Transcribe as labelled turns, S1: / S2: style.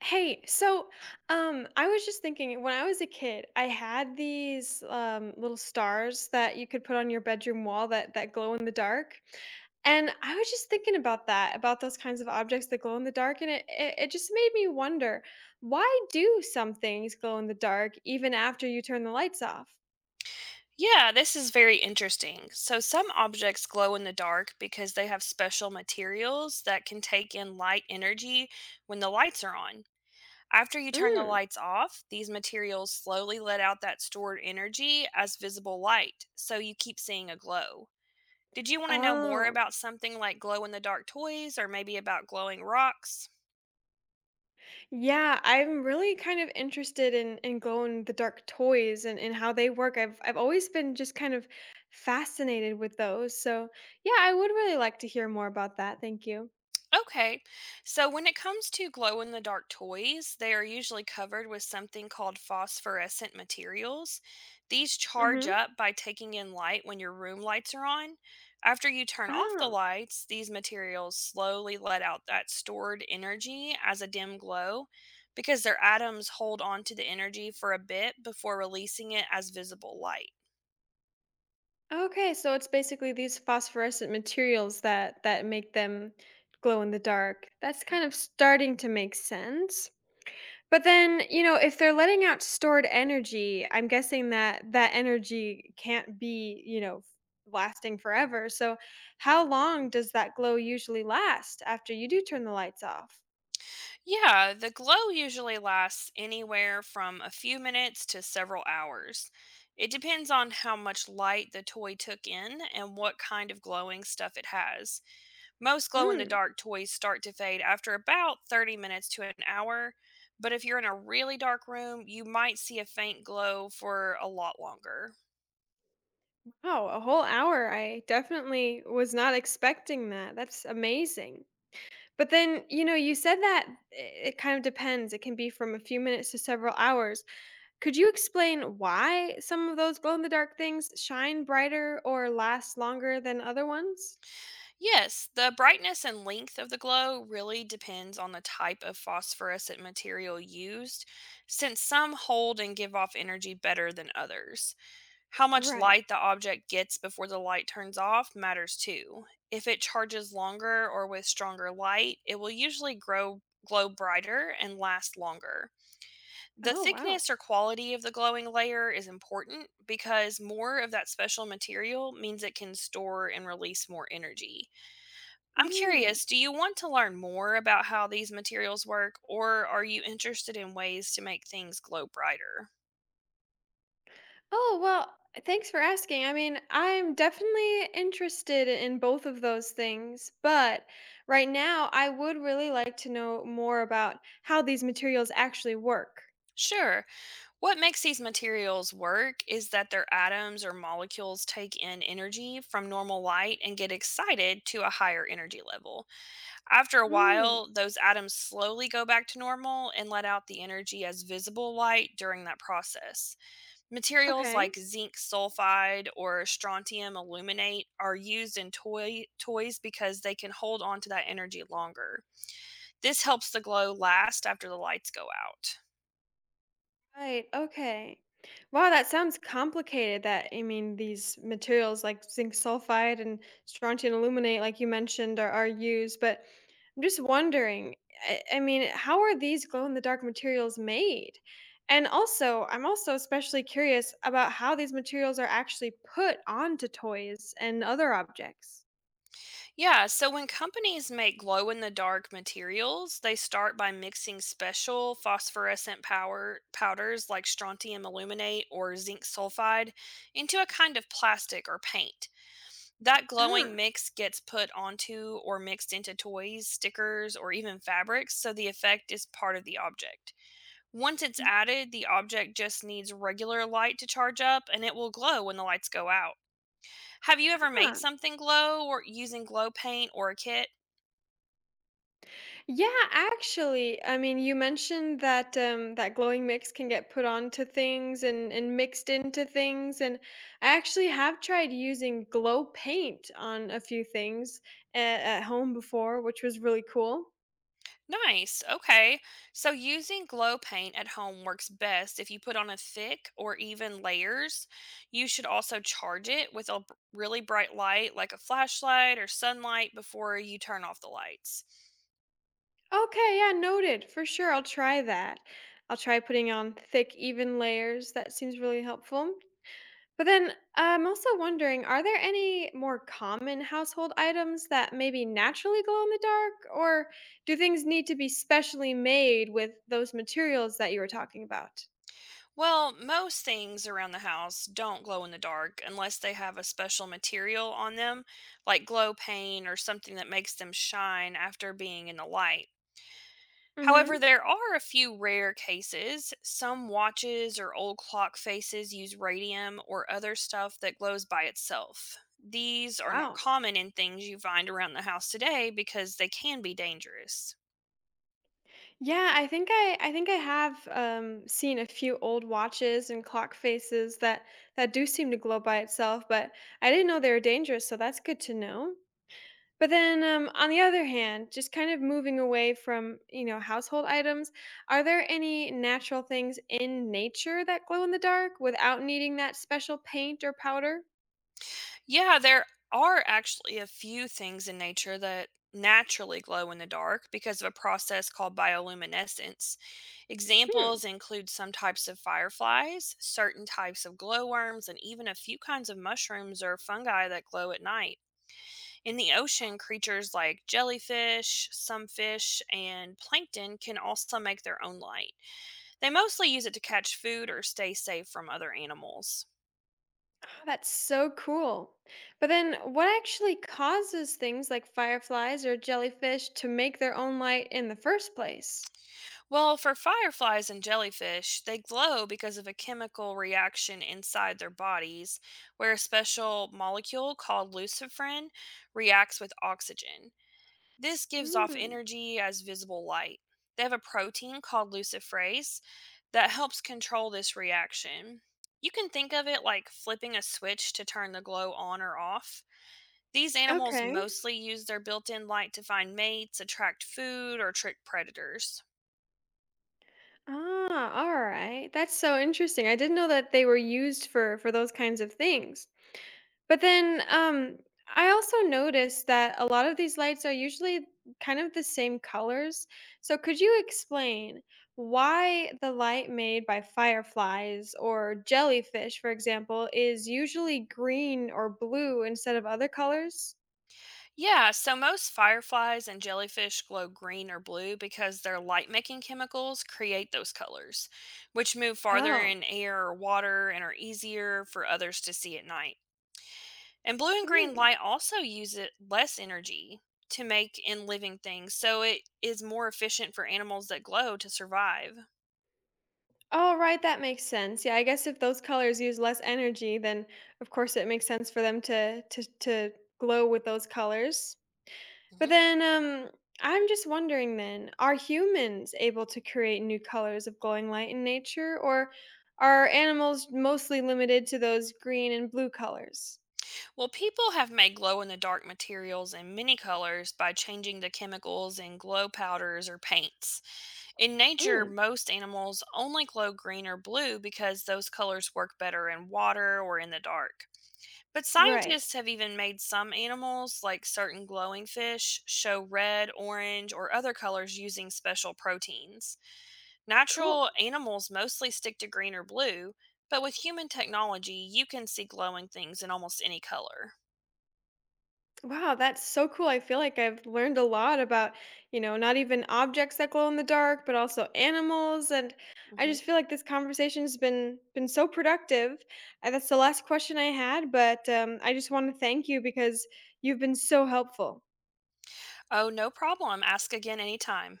S1: Hey, so I was just thinking when I was a kid, I had these little stars that you could put on your bedroom wall that glow in the dark. And I was just thinking about that, about those kinds of objects that glow in the dark and it just made me wonder, why do some things glow in the dark even after you turn the lights off?
S2: Yeah, this is very interesting. So, some objects glow in the dark because they have special materials that can take in light energy when the lights are on. After you turn the
S1: Mm.
S2: lights off, these materials slowly let out that stored energy as visible light, so you keep seeing a glow. Did you want to know more
S1: Oh,
S2: about something like glow in the dark toys or maybe about glowing rocks?
S1: yeah, I'm really kind of interested in glow in the dark toys and how they work. I've always been just kind of fascinated with those. So, yeah, I would really like to hear more about that. Thank you.
S2: Okay. So when it comes to glow in the dark toys, they are usually covered with something called phosphorescent materials. These charge
S1: Mhm.
S2: up by taking in light when your room lights are on. After you turn off the
S1: Oh.
S2: lights, these materials slowly let out that stored energy as a dim glow because their atoms hold on to the energy for a bit before releasing it as visible light.
S1: Okay, so it's basically these phosphorescent materials that make them glow in the dark. That's kind of starting to make sense. But then, if they're letting out stored energy, I'm guessing that that energy can't be, lasting forever. So, how long does that glow usually last after you do turn the lights off?
S2: Yeah, the glow usually lasts anywhere from a few minutes to several hours. It depends on how much light the toy took in and what kind of glowing stuff it has. Most glow in the
S1: Mm.
S2: dark toys start to fade after about 30 minutes to an hour, but if you're in a really dark room, you might see a faint glow for a lot longer.
S1: Oh, a whole hour. I definitely was not expecting that. That's amazing. But then, you said that it kind of depends. It can be from a few minutes to several hours. Could you explain why some of those glow in the dark things shine brighter or last longer than other ones?
S2: Yes, the brightness and length of the glow really depends on the type of phosphorescent material used, since some hold and give off energy better than others. How much
S1: Right.
S2: light the object gets before the light turns off matters too. If it charges longer or with stronger light, it will usually grow glow brighter and last longer. The
S1: Oh, wow.
S2: thickness or quality of the glowing layer is important because more of that special material means it can store and release more energy. I'm
S1: Mm.
S2: curious, do you want to learn more about how these materials work, or are you interested in ways to make things glow brighter?
S1: Oh, well, thanks for asking. I mean, I'm definitely interested in both of those things, but right now I would really like to know more about how these materials actually work.
S2: Sure. What makes these materials work is that their atoms or molecules take in energy from normal light and get excited to a higher energy level. After a
S1: Mm.
S2: while, those atoms slowly go back to normal and let out the energy as visible light during that process. Materials
S1: Okay.
S2: like zinc sulfide or strontium aluminate are used in toys because they can hold on to that energy longer. This helps the glow last after the lights go out.
S1: Right, okay. Wow, that sounds complicated that I mean these materials like zinc sulfide and strontium aluminate like you mentioned are used, but I'm just wondering, I mean, how are these glow in the dark materials made? And also, I'm also especially curious about how these materials are actually put onto toys and other objects.
S2: Yeah, so when companies make glow in the dark materials, they start by mixing special phosphorescent power powders like strontium aluminate or zinc sulfide into a kind of plastic or paint. That glowing
S1: Ah.
S2: mix gets put onto or mixed into toys, stickers, or even fabrics, so the effect is part of the object. Once it's
S1: Mm,
S2: added, the object just needs regular light to charge up and it will glow when the lights go out. Have you ever made
S1: ah.
S2: something glow or using glow paint or a kit?
S1: Yeah, actually, I mean, you mentioned that that glowing mix can get put onto things and mixed into things, and I actually have tried using glow paint on a few things at home before, which was really cool.
S2: Nice. Okay. So using glow paint at home works best if you put on a thick or even layers. You should also charge it with a really bright light like a flashlight or sunlight before you turn off the lights.
S1: Okay, yeah, noted for sure. I'll try that. I'll try putting on thick, even layers. That seems really helpful. But then I'm also wondering, are there any more common household items that maybe naturally glow in the dark, or do things need to be specially made with those materials that you were talking about?
S2: Well, most things around the house don't glow in the dark unless they have a special material on them, like glow paint or something that makes them shine after being in the light.
S1: Hmm.
S2: However, there are a few rare cases. Some watches or old clock faces use radium or other stuff that glows by itself. These are not
S1: Wow.
S2: common in things you find around the house today because they can be dangerous.
S1: Yeah, I think I think I have seen a few old watches and clock faces that do seem to glow by itself, but I didn't know they were dangerous, so that's good to know. But then, on the other hand, just kind of moving away from, household items, are there any natural things in nature that glow in the dark without needing that special paint or powder?
S2: Yeah, there are actually a few things in nature that naturally glow in the dark because of a process called bioluminescence.
S1: Hmm,
S2: Examples include some types of fireflies, certain types of glowworms, and even a few kinds of mushrooms or fungi that glow at night. In the ocean, creatures like jellyfish, some fish, and plankton can also make their own light. They mostly use it to catch food or stay safe from other animals.
S1: oh, that's so cool. But then, what actually causes things like fireflies or jellyfish to make their own light in the first place?
S2: Well, for fireflies and jellyfish, they glow because of a chemical reaction inside their bodies where a special molecule called luciferin reacts with oxygen. This gives off
S1: Mm,
S2: energy as visible light. They have a protein called luciferase that helps control this reaction. You can think of it like flipping a switch to turn the glow on or off. These animals
S1: okay.
S2: mostly use their built in light to find mates, attract food, or trick predators.
S1: Ah, all right. That's so interesting. I didn't know that they were used for those kinds of things. But then I also noticed that a lot of these lights are usually kind of the same colors. So could you explain why the light made by fireflies or jellyfish, for example, is usually green or blue instead of other colors?
S2: Yeah, so most fireflies and jellyfish glow green or blue because their light making chemicals create those colors, which move farther
S1: Oh.
S2: in air or water and are easier for others to see at night. And blue and green
S1: Mm.
S2: light also use it less energy to make in living things, so it is more efficient for animals that glow to survive.
S1: Oh, right, that makes sense. Yeah, I guess if those colors use less energy, then of course it makes sense for them to to glow with those colors.
S2: Hmm.
S1: But then I'm just wondering then, are humans able to create new colors of glowing light in nature or are animals mostly limited to those green and blue colors?
S2: Well, people have made glow in the dark materials in many colors by changing the chemicals in glow powders or paints. In nature,
S1: Mm,
S2: most animals only glow green or blue because those colors work better in water or in the dark. But
S1: right.
S2: scientists have even made some animals, like certain glowing fish, show red, orange, or other colors using special proteins.
S1: Cool.
S2: Natural animals mostly stick to green or blue, but with human technology, you can see glowing things in almost any color.
S1: Wow, that's so cool. I feel like I've learned a lot about, you know, not even objects that glow in the dark, but also animals. And I
S2: Mhm.
S1: just feel like this conversation's been so productive. That's the last question I had, but I just want to thank you because you've been so helpful.
S2: Oh, no problem. Ask again anytime.